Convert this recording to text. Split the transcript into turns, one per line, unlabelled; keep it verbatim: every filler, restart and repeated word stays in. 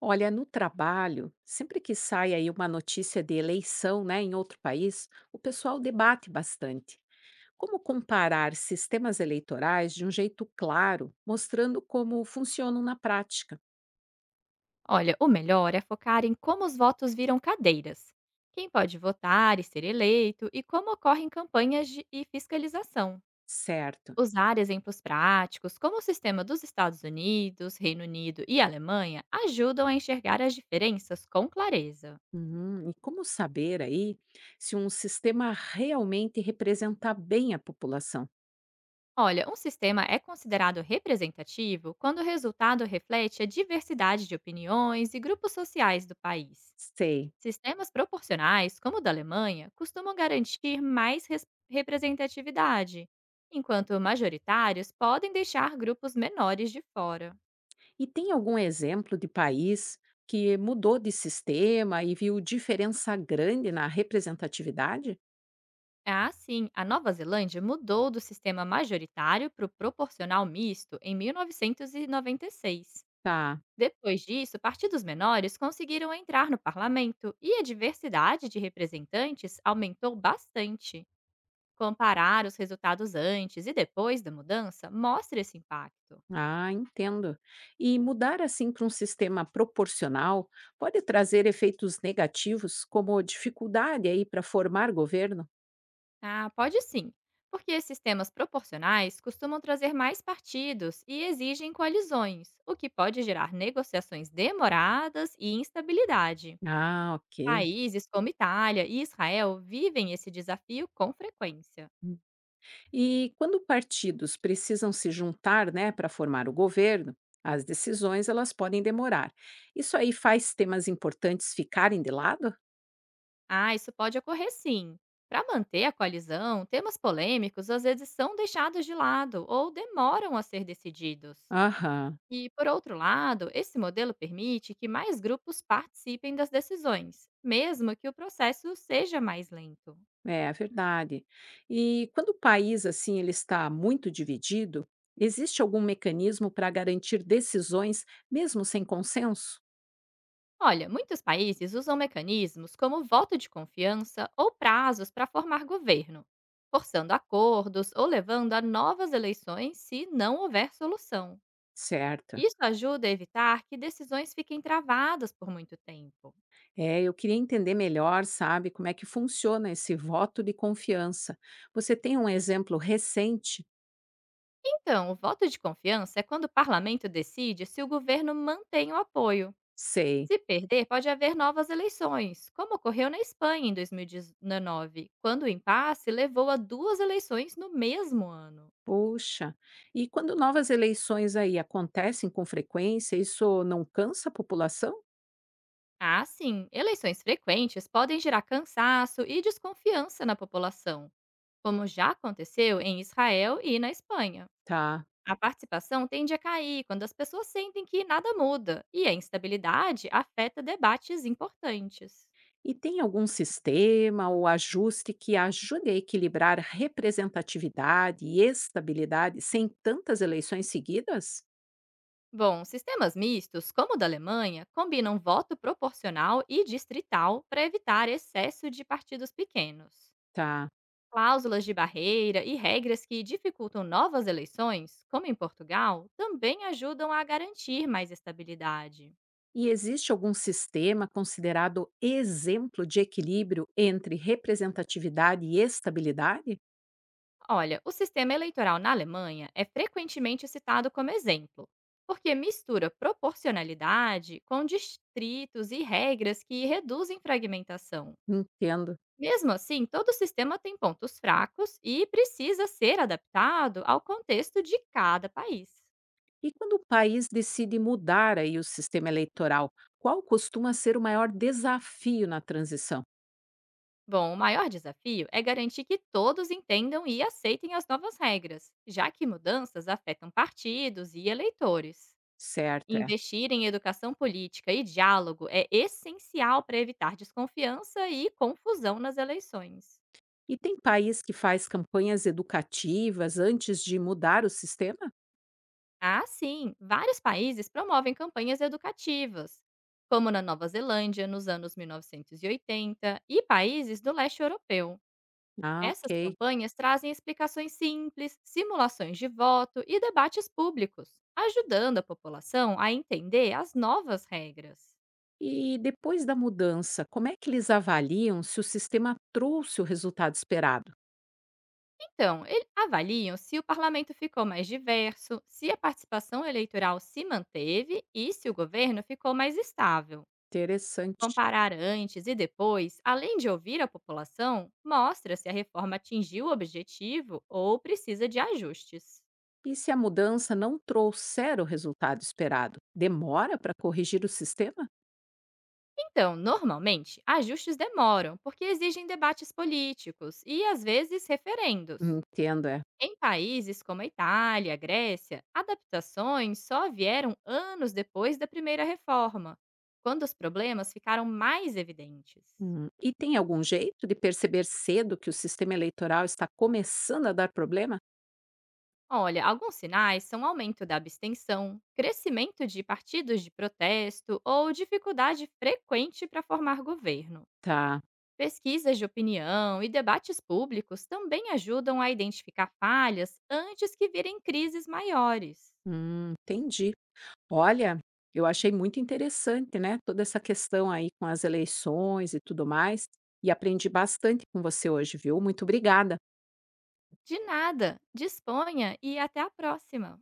Olha, no trabalho, sempre que sai aí uma notícia de eleição, né, em outro país, o pessoal debate bastante. Como comparar sistemas eleitorais de um jeito claro, mostrando como funcionam na prática,
Olha, o melhor é focar em como os votos viram cadeiras, quem pode votar e ser eleito e como ocorrem campanhas de- e fiscalização.
certo?
Usar exemplos práticos, como o sistema dos Estados Unidos, Reino Unido e Alemanha, ajudam a enxergar as diferenças com clareza.
Uhum, e como saber aí se um sistema realmente representa bem a população?
Olha, um sistema é considerado representativo quando o resultado reflete a diversidade de opiniões e grupos sociais do país.
Sei.
Sistemas proporcionais, como o da Alemanha, costumam garantir mais res- representatividade, enquanto majoritários podem deixar grupos menores de fora.
E tem algum exemplo de país que mudou de sistema e viu diferença grande na representatividade?
Assim, a Nova Zelândia mudou do sistema majoritário para o proporcional misto em mil novecentos e noventa e seis.
Tá.
Depois disso, partidos menores conseguiram entrar no parlamento e a diversidade de representantes aumentou bastante. Comparar os resultados antes e depois da mudança mostra esse impacto.
Ah, entendo. E mudar assim para um sistema proporcional pode trazer efeitos negativos, como dificuldade aí para formar governo?
Ah, pode sim. Porque sistemas proporcionais costumam trazer mais partidos e exigem coalizões, o que pode gerar negociações demoradas e instabilidade.
Ah, ok.
Países como Itália e Israel vivem esse desafio com frequência.
E quando partidos precisam se juntar, né, para formar o governo, as decisões elas podem demorar. Isso aí faz temas importantes ficarem de lado?
Ah, isso pode ocorrer sim. Para manter a coalizão, temas polêmicos às vezes são deixados de lado ou demoram a ser decididos.
Aham.
E, por outro lado, esse modelo permite que mais grupos participem das decisões, mesmo que o processo seja mais lento.
É é verdade. E quando o país assim ele está muito dividido, existe algum mecanismo para garantir decisões mesmo sem consenso?
Olha, muitos países usam mecanismos como voto de confiança ou prazos para formar governo, forçando acordos ou levando a novas eleições se não houver solução.
Certo.
Isso ajuda a evitar que decisões fiquem travadas por muito tempo.
É, eu queria entender melhor, sabe, como é que funciona esse voto de confiança. Você tem um exemplo recente?
Então, o voto de confiança é quando o parlamento decide se o governo mantém o apoio.
Sei.
Se perder, pode haver novas eleições, como ocorreu na Espanha em dois mil e dezenove, quando o impasse levou a duas eleições no mesmo ano.
Puxa. E quando novas eleições aí acontecem com frequência, isso não cansa a população?
Ah, sim, eleições frequentes podem gerar cansaço e desconfiança na população, como já aconteceu em Israel e na Espanha.
Tá.
A participação tende a cair quando as pessoas sentem que nada muda e a instabilidade afeta debates importantes.
E tem algum sistema ou ajuste que ajude a equilibrar representatividade e estabilidade sem tantas eleições seguidas?
Bom, sistemas mistos, como o da Alemanha, combinam voto proporcional e distrital para evitar excesso de partidos pequenos.
Tá.
Cláusulas de barreira e regras que dificultam novas eleições, como em Portugal, também ajudam a garantir mais estabilidade.
E existe algum sistema considerado exemplo de equilíbrio entre representatividade e estabilidade?
Olha, o sistema eleitoral na Alemanha é frequentemente citado como exemplo, porque mistura proporcionalidade com distritos e regras que reduzem fragmentação.
Entendo.
Mesmo assim, todo sistema tem pontos fracos e precisa ser adaptado ao contexto de cada país.
E quando o país decide mudar aí o sistema eleitoral, qual costuma ser o maior desafio na transição?
Bom, o maior desafio é garantir que todos entendam e aceitem as novas regras, já que mudanças afetam partidos e eleitores.
Certo, é.
Investir em educação política e diálogo é essencial para evitar desconfiança e confusão nas eleições.
E tem país que faz campanhas educativas antes de mudar o sistema?
Ah, sim! Vários países promovem campanhas educativas, como na Nova Zelândia, nos anos mil novecentos e oitenta, e oitenta, e países do leste europeu.
Ah,
Essas
ok.
campanhas trazem explicações simples, simulações de voto e debates públicos, ajudando a população a entender as novas regras.
E depois da mudança, como é que eles avaliam se o sistema trouxe o resultado esperado?
Então, e- avaliam se o parlamento ficou mais diverso, se a participação eleitoral se manteve e se o governo ficou mais estável.
Interessante.
Comparar antes e depois, além de ouvir a população, mostra se a reforma atingiu o objetivo ou precisa de ajustes.
E se a mudança não trouxer o resultado esperado, demora para corrigir o sistema?
Então, normalmente, ajustes demoram porque exigem debates políticos e, às vezes, referendos.
Entendo, é.
Em países como a Itália, Grécia, adaptações só vieram anos depois da primeira reforma, quando os problemas ficaram mais evidentes.
Hum, E tem algum jeito de perceber cedo que o sistema eleitoral está começando a dar problema?
Olha, alguns sinais são aumento da abstenção, crescimento de partidos de protesto ou dificuldade frequente para formar governo.
Tá.
Pesquisas de opinião e debates públicos também ajudam a identificar falhas antes que virem crises maiores.
Hum, entendi. Olha, eu achei muito interessante, né? Toda essa questão aí com as eleições e tudo mais. E aprendi bastante com você hoje, viu? Muito obrigada.
De nada, disponha e até a próxima!